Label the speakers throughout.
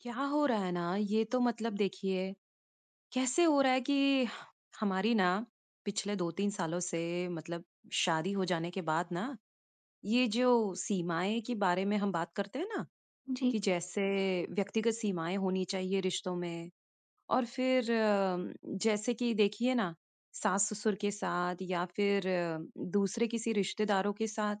Speaker 1: क्या हो रहा है ना? ये तो मतलब देखिए, कैसे हो रहा है कि हमारी ना पिछले 2-3 सालों से मतलब शादी हो जाने के बाद ना, ये जो सीमाएँ के बारे में हम बात करते हैं ना,
Speaker 2: जी।
Speaker 1: कि जैसे व्यक्तिगत सीमाएँ होनी चाहिए रिश्तों में। और फिर जैसे कि देखिए ना, सास-ससुर के साथ या फिर दूसरे किसी रिश्तेदारों के साथ,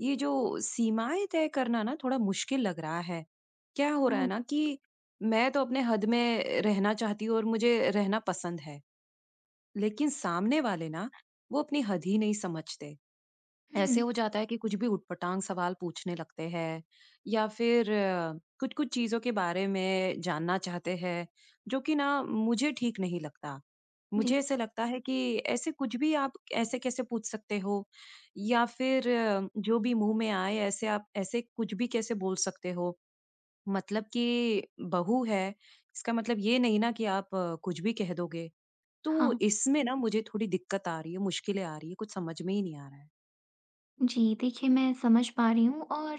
Speaker 1: ये जो सीमाएँ तय करना ना थोड़ा मुश्किल लग रहा है। क्या हो रहा
Speaker 2: ओह!
Speaker 1: है ना कि मैं तो अपने हद में रहना चाहती हूँ और मुझे रहना पसंद है, लेकिन सामने वाले ना, वो अपनी हद ही नहीं समझते। ऐसे
Speaker 2: हुँ।
Speaker 1: हो जाता है कि कुछ भी उटपटांग सवाल पूछने लगते हैं, या फिर कुछ कुछ चीजों के बारे में जानना चाहते हैं, जो कि ना मुझे ठीक नहीं लगता। मुझे
Speaker 2: जी।
Speaker 1: ऐसे लगता है कि ऐसे कुछ भी आप ऐसे कैसे पूछ सकते हो, या फिर जो भी मुंह में आए ऐसे, आप ऐसे कुछ भी कैसे बोल सकते हो। मतलब कि बहू है, इसका मतलब ये नहीं ना कि आप कुछ भी कह दोगे। तो
Speaker 2: हाँ।
Speaker 1: इसमें ना मुझे थोड़ी दिक्कत आ रही है, मुश्किलें आ रही है, कुछ समझ में ही नहीं आ रहा है।
Speaker 2: जी, देखिए मैं समझ पा रही हूँ, और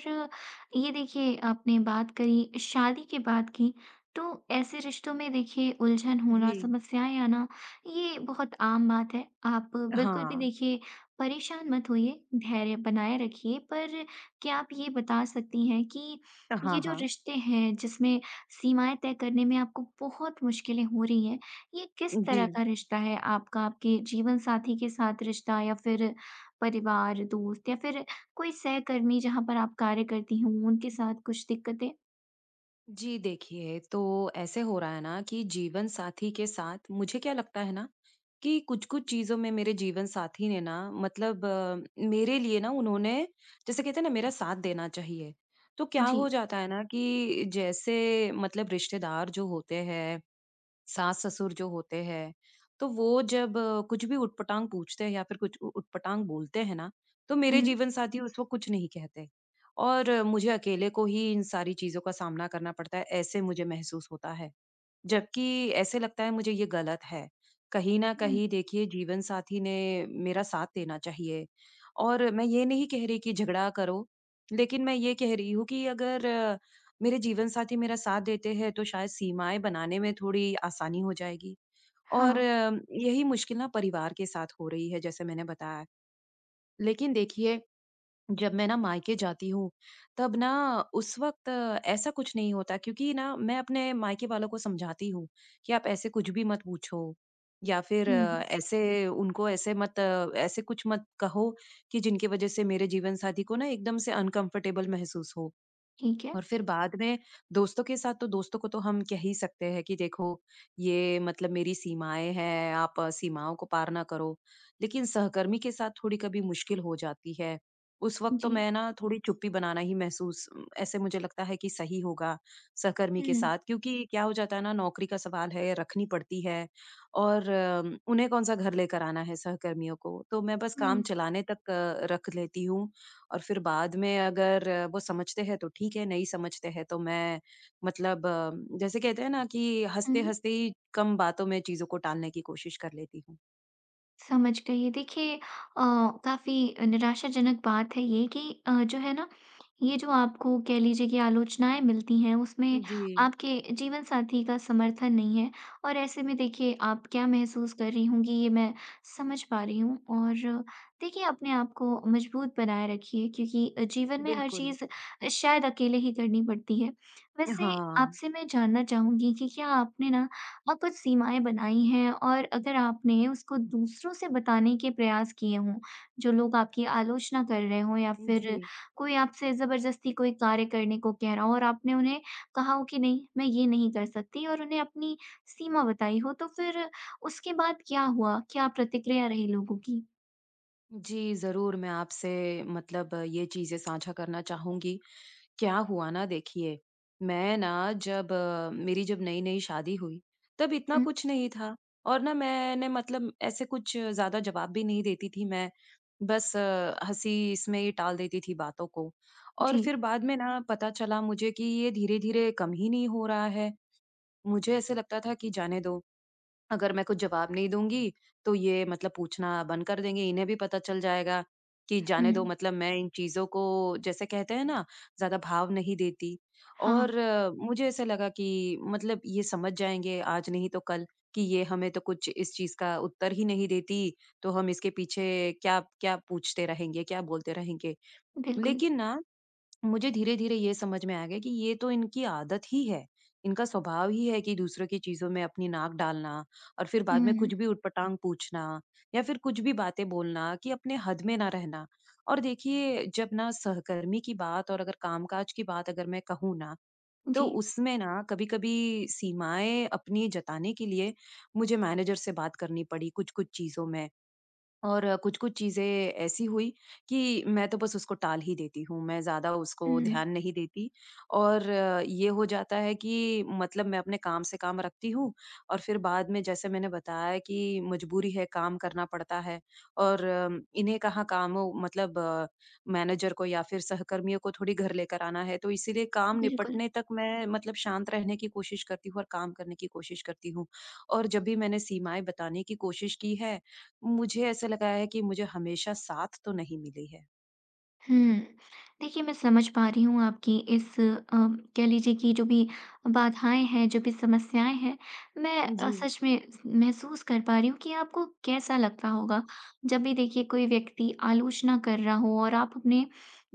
Speaker 2: ये देखिए आपने बात करी शादी के बाद की। तो ऐसे रिश्तों में देखिए उलझन होना,
Speaker 1: जी,
Speaker 2: समस्याएँ आना, ये बहुत आम बात है। आप बिल्कुल भी
Speaker 1: हाँ,
Speaker 2: देखिए परेशान मत होइए, धैर्य बनाए रखिए। पर क्या आप ये बता सकती हैं कि ये
Speaker 1: हाँ,
Speaker 2: जो
Speaker 1: हाँ।
Speaker 2: रिश्ते हैं जिसमें सीमाएँ तय करने में आपको बहुत मुश्किलें हो रही हैं, ये किस
Speaker 1: जी।
Speaker 2: तरह का रिश्ता है आपका? आपके जीवन साथी के साथ रिश्ता, या फिर परिवार, दोस्त, या फिर कोई सहकर्मी जहाँ पर आप कार्य करती हों, उनके साथ कुछ दिक्कतें?
Speaker 1: जी, देखिए, तो ऐसे हो रहा है ना कि जीवन साथी के साथ मुझे क्या लगता है ना, कि कुछ-कुछ चीज़ों में मेरे जीवन साथी ने ना, मतलब मेरे लिए ना उन्होंने जैसे कहते हैं ना, मेरा साथ देना चाहिए। तो क्या हो
Speaker 2: जी।
Speaker 1: जाता है ना, कि जैसे मतलब रिश्तेदार जो होते हैं, सास-ससुर जो होते हैं, तो वो जब कुछ भी उटपटांग पूछते हैं, या फिर कुछ उ उटपटांग बोलते हैं ना, तो मेरे
Speaker 2: हुँ,
Speaker 1: जीवन साथी उस वक़्त कुछ नहीं कहते। और मुझे अकेले को ही इन सारी चीज़ों का सामना करना पड़ता है, ऐसे मुझे महसूस होता है। जबकि ऐसे लगता है मुझे, ये गलत है। कहीं न
Speaker 2: हुँ।
Speaker 1: कहीं देखिए, जीवनसाथी ने मेरा साथ देना चाहिए। और मैं ये नहीं कह रही कि झगड़ा करो, लेकिन मैं ये कह रही हूँ कि अगर मेरे जीवनसाथी मेरा साथ देते हैं, तो शायद सीमाएँ बनाने में थोड़ी आसानी हो जाएगी। और
Speaker 2: हाँ।
Speaker 1: यही मुश्किल ना परिवार के साथ हो रही है, जैसे मैंने बताया। लेकिन देखिए, जब मैं ना मायके जाती हूँ, तब ना, उस वक़्त ऐसा कुछ नहीं होता, क्योंकि ना मैं अपने मायके वालों को समझाती हूँ कि आप ऐसे कुछ भी मत पूछो, या फिर
Speaker 2: हुँ।
Speaker 1: ऐसे उनको ऐसे मत ऐसे कुछ मत कहो, कि जिनकी वज़ह से मेरे जीवन साथी को ना एकदम से अनकम्फ़र्टेबल महसूस हो।
Speaker 2: ठीक है।
Speaker 1: और फिर बाद में दोस्तों के साथ, तो दोस्तों को तो हम कह ही सकते हैं कि देखो, ये मतलब मेरी सीमाएं हैं, आप सीमाओं को पार ना करो। लेकिन सहकर्मी के साथ थोड़ी कभी मुश्किल हो जाती है। उस वक्त तो
Speaker 2: जी।
Speaker 1: मैं ना थोड़ी चुप्पी बनाना ही महसूस ऐसे मुझे लगता है कि सही होगा, सहकर्मी के
Speaker 2: हुँ,
Speaker 1: साथ, क्योंकि क्या हो जाता है ना, नौकरी का सवाल है, रखनी पड़ती है। और उन्हें कौन सा घर लेकर आना है सहकर्मियों को, तो मैं बस काम
Speaker 2: हुँ,
Speaker 1: चलाने तक रख लेती हूँ। और फिर बाद में अगर वो समझते हैं तो ठीक है, नहीं समझते हैं तो मैं मतलब जैसे कहते हैं ना, कि
Speaker 2: हुँ।
Speaker 1: हँसते-हँसते ही कम बातों में चीज़ों को टालने की कोशिश कर लेती हूँ।
Speaker 2: समझ गई। देखिए, काफ़ी निराशाजनक बात है ये कि जो है ना, ये जो आपको कह लीजिए कि आलोचनाएँ मिलती हैं, उसमें
Speaker 1: जी,
Speaker 2: आपके जीवन साथी का समर्थन नहीं है। और ऐसे में देखिए आप क्या महसूस कर रही होंगी, ये मैं समझ पा रही हूँ। और देखिए अपने आप को मजबूत बनाए रखिए, क्योंकि जीवन में हर
Speaker 1: बिल्कुल।
Speaker 2: चीज़ शायद अकेले ही करनी पड़ती है। वैसे
Speaker 1: हाँ।
Speaker 2: आपसे मैं जानना चाहूँगी कि क्या आपने ना, हाँ, कुछ सीमाएँ बनाई हैं, और अगर आपने उसको दूसरों से बताने के प्रयास किए हों, जो लोग आपकी आलोचना कर रहे हों, या फिर
Speaker 1: जी।
Speaker 2: कोई आपसे ज़बरदस्ती कोई कार्य करने को कह रहा हो, और आपने उन्हें कहा हो कि नहीं, मैं ये नहीं कर सकती, और उन्हें अपनी सीमा बताई हो, तो फिर उसके बाद क्या हुआ? क्या प्रतिक्रिया रही लोगों की?
Speaker 1: जी, ज़रूर, मैं आपसे मतलब ये चीज़ें साझा करना चाहूँगी। क्या हुआ ना देखिए, मैं ना जब मेरी जब नई-नई शादी हुई, तब इतना
Speaker 2: हुँ।
Speaker 1: कुछ नहीं था। और ना मैंने मतलब ऐसे कुछ ज़्यादा जवाब भी नहीं देती थी मैं, बस हँसी इसमें ही टाल देती थी बातों को। और
Speaker 2: जी।
Speaker 1: फिर बाद में ना पता चला मुझे कि ये धीरे-धीरे कम ही नहीं हो रहा है। मुझे ऐसे लगता था कि जाने दो, अगर मैं कुछ जवाब नहीं दूँगी, तो ये मतलब पूछना बंद कर देंगे। इन्हें भी पता चल जाएगा कि
Speaker 2: हुँ।
Speaker 1: जाने दो, मतलब मैं इन चीज़ों को जैसे कहते हैं ना, ज़्यादा भाव नहीं देती।
Speaker 2: हाँ।
Speaker 1: और मुझे ऐसा लगा कि मतलब ये समझ जाएँगे, आज नहीं तो कल, कि ये हमें तो कुछ इस चीज़ का उत्तर ही नहीं देती, तो हम इसके पीछे क्या क्या पूछते रहेंगे, क्या बोलते रहेंगे।
Speaker 2: बिल्कुल।
Speaker 1: लेकिन ना, मुझे धीरे-धीरे ये समझ में आ गया कि ये तो इनकी आदत ही है। इनका स्वभाव ही है कि दूसरों की चीज़ों में अपनी नाक डालना, और फिर बाद में
Speaker 2: हुँ।
Speaker 1: कुछ भी उटपटांग पूछना, या फिर कुछ भी बातें बोलना, कि अपने हद में ना रहना। और देखिए, जब ना सहकर्मी की बात और अगर कामकाज की बात अगर मैं कहूँ ना, तो
Speaker 2: जी।
Speaker 1: उसमें ना कभी-कभी सीमाएँ अपनी जताने के लिए मुझे मैनेजर से बात करनी पड़ी, कुछ-कुछ चीज़ों में। और कुछ-कुछ चीज़ें ऐसी हुई कि मैं तो बस उसको टाल ही देती हूँ, मैं ज़्यादा उसको
Speaker 2: हुँ।
Speaker 1: ध्यान नहीं देती। और ये हो जाता है कि मतलब मैं अपने काम से काम रखती हूँ। और फिर बाद में, जैसे मैंने बताया, कि मजबूरी है, काम करना पड़ता है, और इन्हें कहाँ काम हो, मतलब मैनेजर को या फिर सहकर्मियों को थोड़ी घर लेकर आना है, तो इसीलिए काम
Speaker 2: बिल्कुल।
Speaker 1: निपटने तक मैं मतलब शांत रहने की कोशिश करती हूँ, और काम करने की कोशिश करती हूँ। और जब भी मैंने सीमाएँ बताने की कोशिश की है, मुझे ऐसा लगा है कि मुझे हमेशा साथ तो नहीं मिली है।
Speaker 2: हुँ। देखिए, मैं समझ पा रही हूँ आपकी इस कह लीजिए कि जो भी बाधाएँ हैं, जो भी समस्याएँ हैं। मैं
Speaker 1: जी,
Speaker 2: सच में स महसूस कर पा रही हूँ कि आपको कैसा लगता होगा। जब भी देखिए कोई व्यक्ति आलोचना कर रहा हो, और आप अपने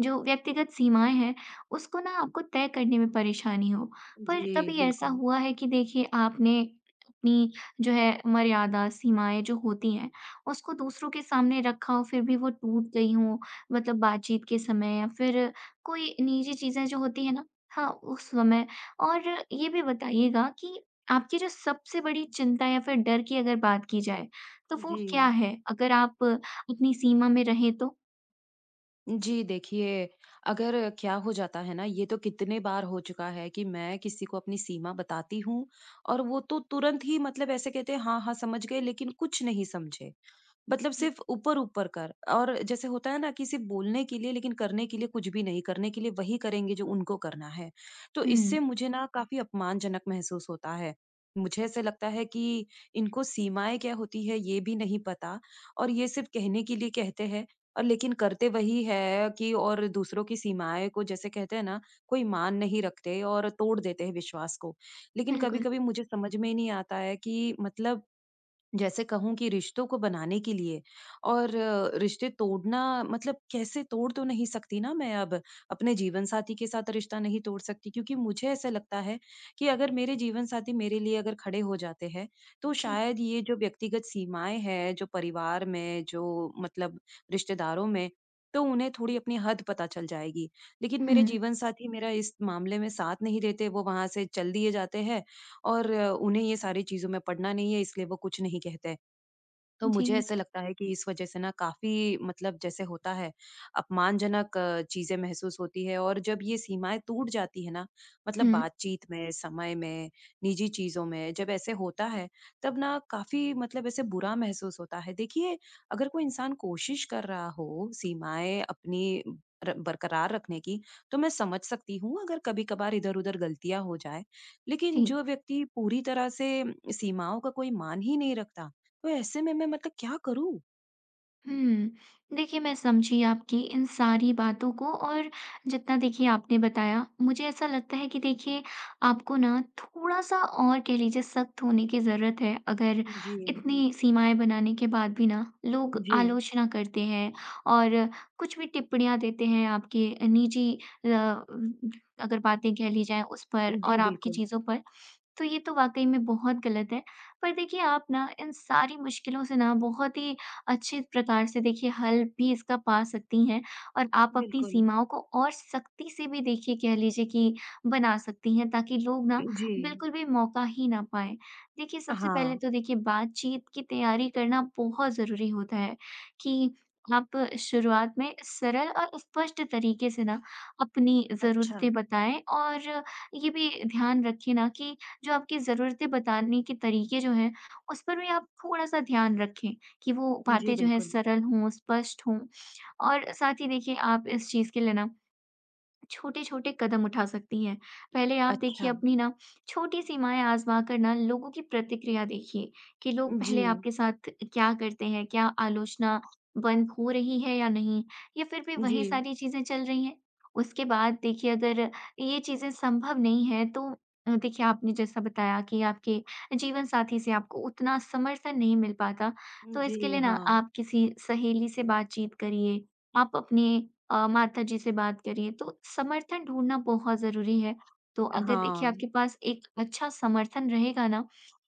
Speaker 2: जो व्यक्तिगत सीमाएँ हैं, उसको ना आपको तय करने में परेशानी हो।
Speaker 1: जी,
Speaker 2: पर कभी ऐसा
Speaker 1: बिल्कुल।
Speaker 2: हुआ है कि देखिए आपने अपनी जो है मर्यादा, सीमाएँ जो होती हैं, उसको दूसरों के सामने रखा हो फिर भी वो टूट गई हों? मतलब बातचीत के समय, या फिर कोई निजी चीज़ें जो होती हैं ना, हाँ, उस समय? और ये भी बताइएगा कि आपकी जो सबसे बड़ी चिंता या फिर डर की अगर बात की जाए, तो वो
Speaker 1: जी।
Speaker 2: क्या है? अगर आप अपनी सीमा में रहें तो?
Speaker 1: जी, देखिए, अगर क्या हो जाता है ना, ये तो कितने बार हो चुका है कि मैं किसी को अपनी सीमा बताती हूँ, और वो तो तुरंत ही मतलब ऐसे कहते हैं, "हाँ, हाँ, समझ गए," लेकिन कुछ नहीं समझे। मतलब
Speaker 2: जी।
Speaker 1: सिर्फ ऊपर-ऊपर कर, और जैसे होता है ना, कि सिर्फ बोलने के लिए, लेकिन करने के लिए कुछ भी नहीं, करने के लिए वही करेंगे जो उनको करना है। तो इससे
Speaker 2: हुँ,
Speaker 1: मुझे ना काफ़ी अपमानजनक महसूस होता है। मुझे ऐसे लगता है कि इनको सीमाएँ क्या होती है ये भी नहीं पता, और ये सिर्फ कहने के लिए कहते हैं, और लेकिन करते वही है कि, और दूसरों की सीमाएँ को जैसे कहते हैं ना, कोई मान नहीं रखते और तोड़ देते हैं विश्वास को। लेकिन
Speaker 2: बिल्कुल।
Speaker 1: कभी-कभी मुझे समझ में ही नहीं आता है कि मतलब जैसे कहूँ, कि रिश्तों को बनाने के लिए, और रिश्ते तोड़ना मतलब कैसे, तोड़ तो नहीं सकती ना मैं अब, अपने जीवन साथी के साथ रिश्ता नहीं तोड़ सकती, क्योंकि मुझे ऐसा लगता है कि अगर मेरे जीवन साथी मेरे लिए अगर खड़े हो जाते हैं, तो
Speaker 2: जी।
Speaker 1: शायद ये जो व्यक्तिगत सीमाएं हैं, जो परिवार में, जो मतलब रिश्तेदारों में, तो उन्हें थोड़ी अपनी हद पता चल जाएगी। लेकिन मेरे
Speaker 2: हुँ,
Speaker 1: जीवन साथी मेरा इस मामले में साथ नहीं देते, वो वहां से चल दिए जाते हैं। और उन्हें ये सारी चीज़ों में पढ़ना नहीं है, इसलिए वो कुछ नहीं कहते। तो मुझे
Speaker 2: जी।
Speaker 1: ऐसा लगता है कि इस वजह से ना काफ़ी मतलब जैसे होता है, अपमानजनक चीज़ें महसूस होती है। और जब ये सीमाएँ टूट जाती है ना, मतलब
Speaker 2: हुँ,
Speaker 1: बातचीत में, समय में, निजी चीज़ों में जब ऐसे होता है, तब ना काफ़ी मतलब ऐसे बुरा महसूस होता है। देखिए, अगर कोई इंसान कोशिश कर रहा हो सीमाएँ अपनी र बरकरार रखने की, तो मैं समझ सकती हूँ अगर कभी-कभार इधर-उधर गलतियाँ हो जाएँ। लेकिन
Speaker 2: जी।
Speaker 1: जो व्यक्ति पूरी तरह से सीमाओं का कोई मान ही नहीं रखता, तो ऐसे में मैं मतलब क्या करूँ?
Speaker 2: हुँ। देखिए, मैं समझी आपकी इन सारी बातों को, और जितना देखिए आपने बताया, मुझे ऐसा लगता है कि देखिए आपको ना थोड़ा-सा और कह लीजिए सख्त होने की ज़रूरत है। अगर
Speaker 1: जी,
Speaker 2: इतनी सीमाएँ बनाने के बाद भी ना लोग
Speaker 1: जी,
Speaker 2: आलोचना करते हैं, और कुछ भी टिप्पणियाँ देते हैं आपके निजी, अ, अगर बातें कह ली जाएँ उस पर
Speaker 1: जी,
Speaker 2: और आपकी
Speaker 1: बिल्कुल,
Speaker 2: चीज़ों पर, तो ये तो वाक़ई में बहुत गलत है। पर देखिए आप ना इन सारी मुश्किलों से ना बहुत ही अच्छे प्रकार से देखिए हल भी इसका पा सकती हैं, और आप अपनी
Speaker 1: बिल्कुल।
Speaker 2: सीमाओं को और सख्ती से भी देखिए कह लीजिए कि बना सकती हैं, ताकि लोग ना
Speaker 1: जी,
Speaker 2: बिल्कुल भी मौका ही ना पाएँ। देखिए, सबसे पहले
Speaker 1: हाँ,
Speaker 2: तो देखिए बातचीत की तैयारी करना बहुत ज़रूरी होता है, कि आप शुरुआत में सरल और स्पष्ट तरीके से ना अपनी
Speaker 1: अच्छा,
Speaker 2: ज़रूरतें बताएँ। और ये भी ध्यान रखें ना कि जो आपकी ज़रूरतें बताने के तरीके जो हैं, उस पर भी आप थोड़ा-सा ध्यान रखें, कि वो
Speaker 1: जी,
Speaker 2: बातें जो हैं
Speaker 1: बिल्कुल,
Speaker 2: सरल हों, स्पष्ट हों। और साथ ही देखिए आप इस चीज़ के लिए ना छोटे-छोटे कदम उठा सकती हैं। पहले आप देखिए
Speaker 1: अच्छा,
Speaker 2: अपनी ना छोटी सीमाएँ आज़मा कर ना लोगों की प्रतिक्रिया देखिए, कि लोग पहले
Speaker 1: जी,
Speaker 2: आपके साथ क्या करते हैं, क्या आलोचना बंद हो रही है या नहीं, या फिर भी वही
Speaker 1: जी,
Speaker 2: सारी चीज़ें चल रही हैं। उसके बाद देखिए अगर ये चीज़ें संभव नहीं है, तो देखिए आपने जैसा बताया कि आपके जीवन साथी से आपको उतना समर्थन नहीं मिल पाता, तो इसके
Speaker 1: जी,
Speaker 2: लिए ना
Speaker 1: हाँ,
Speaker 2: आप किसी सहेली से बातचीत करिए, आप अपने माताजी से बात करिए, तो समर्थन ढूँढना बहुत ज़रूरी है। तो अगर देखिए
Speaker 1: हाँ,
Speaker 2: आपके पास एक अच्छा समर्थन रहेगा ना,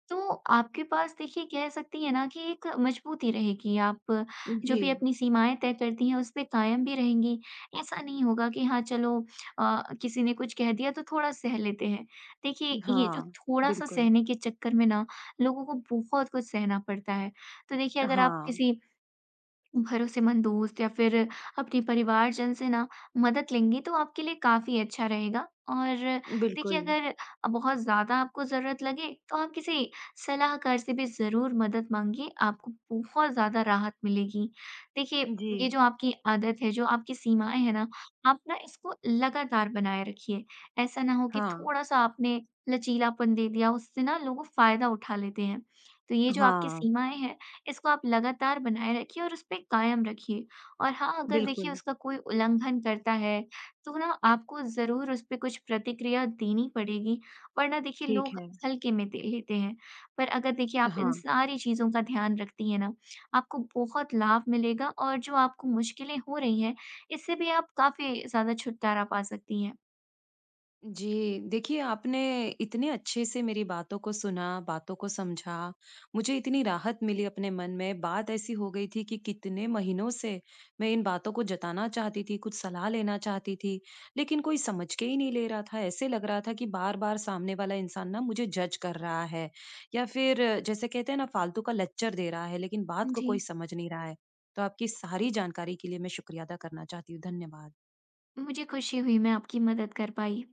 Speaker 2: तो आपके पास देखिए कह सकती है ना कि एक मजबूती रहेगी। आप जो
Speaker 1: जी,
Speaker 2: भी अपनी सीमाएँ तय करती हैं, उस पे कायम भी रहेंगी। ऐसा नहीं होगा कि हाँ, चलो किसी ने कुछ कह दिया तो थोड़ा सह लेते हैं। देखिए, ये जो
Speaker 1: हाँ,
Speaker 2: थोड़ा-सा
Speaker 1: बिल्कुल,
Speaker 2: सहने के चक्कर में ना, लोगों को बहुत कुछ सहना पड़ता है। तो देखिए, अगर आप
Speaker 1: हाँ,
Speaker 2: किसी भरोसेमंद दोस्त या फिर अपने परिवारजन से ना मदद लेंगी, तो आपके लिए काफ़ी अच्छा रहेगा। और देखिए
Speaker 1: बिल्कुल,
Speaker 2: अगर बहुत ज़्यादा आपको ज़रूरत लगे, तो आप किसी सलाहकार से भी ज़रूर मदद माँगिए, आपको बहुत ज़्यादा राहत मिलेगी। देखिए, ये
Speaker 1: जी,
Speaker 2: जो आपकी आदत है, जो आपकी सीमाएँ हैं ना, आप ना इसको लगातार बनाए रखिए। ऐसा ना हो कि
Speaker 1: हाँ,
Speaker 2: थोड़ा-सा आपने लचीलापन दे दिया, उससे ना लोग फ़ायदा उठा लेते हैं। तो ये जो आपकी
Speaker 1: हाँ,
Speaker 2: सीमाएँ हैं, इसको आप लगातार बनाए रखिए और उसपे कायम रखिए। और हाँ, अगर देखिए
Speaker 1: बिल्कुल,
Speaker 2: उसका कोई उल्लंघन करता है, तो ना आपको ज़रूर उसपे कुछ प्रतिक्रिया देनी पड़ेगी, वरना देखिए
Speaker 1: ठीक
Speaker 2: लोग
Speaker 1: है,
Speaker 2: हल्के में दे लेते हैं। पर अगर देखिए आप इन
Speaker 1: हाँ।
Speaker 2: सारी चीज़ों का ध्यान रखती हैं ना, आपको बहुत लाभ मिलेगा, और जो आपको मुश्किलें हो रही हैं, इससे भी आप काफ़ी ज़्यादा छुटकारा पा सकती हैं।
Speaker 1: जी, देखिए, आपने इतने अच्छे से मेरी बातों को सुना, बातों को समझा, मुझे इतनी राहत मिली अपने मन में। बात ऐसी हो गई थी कि कितने महीनों से मैं इन बातों को जताना चाहती थी, कुछ सलाह लेना चाहती थी, लेकिन कोई समझ के ही नहीं ले रहा था, ऐसे लग रहा था कि बार-बार सामने वाला इंसान ना मुझे जज कर रहा है, या फिर जैसे कहते हैं ना, फालतू का लेक्चर दे रहा है, लेकिन बात को
Speaker 2: जी,
Speaker 1: कोई समझ नहीं रहा है। तो आपकी सारी जानकारी के लिए मैं शुक्रिया अदा करना चाहती हूँ, धन्यवाद।
Speaker 2: मुझे खुशी हुई मैं आपकी मदद कर पाई।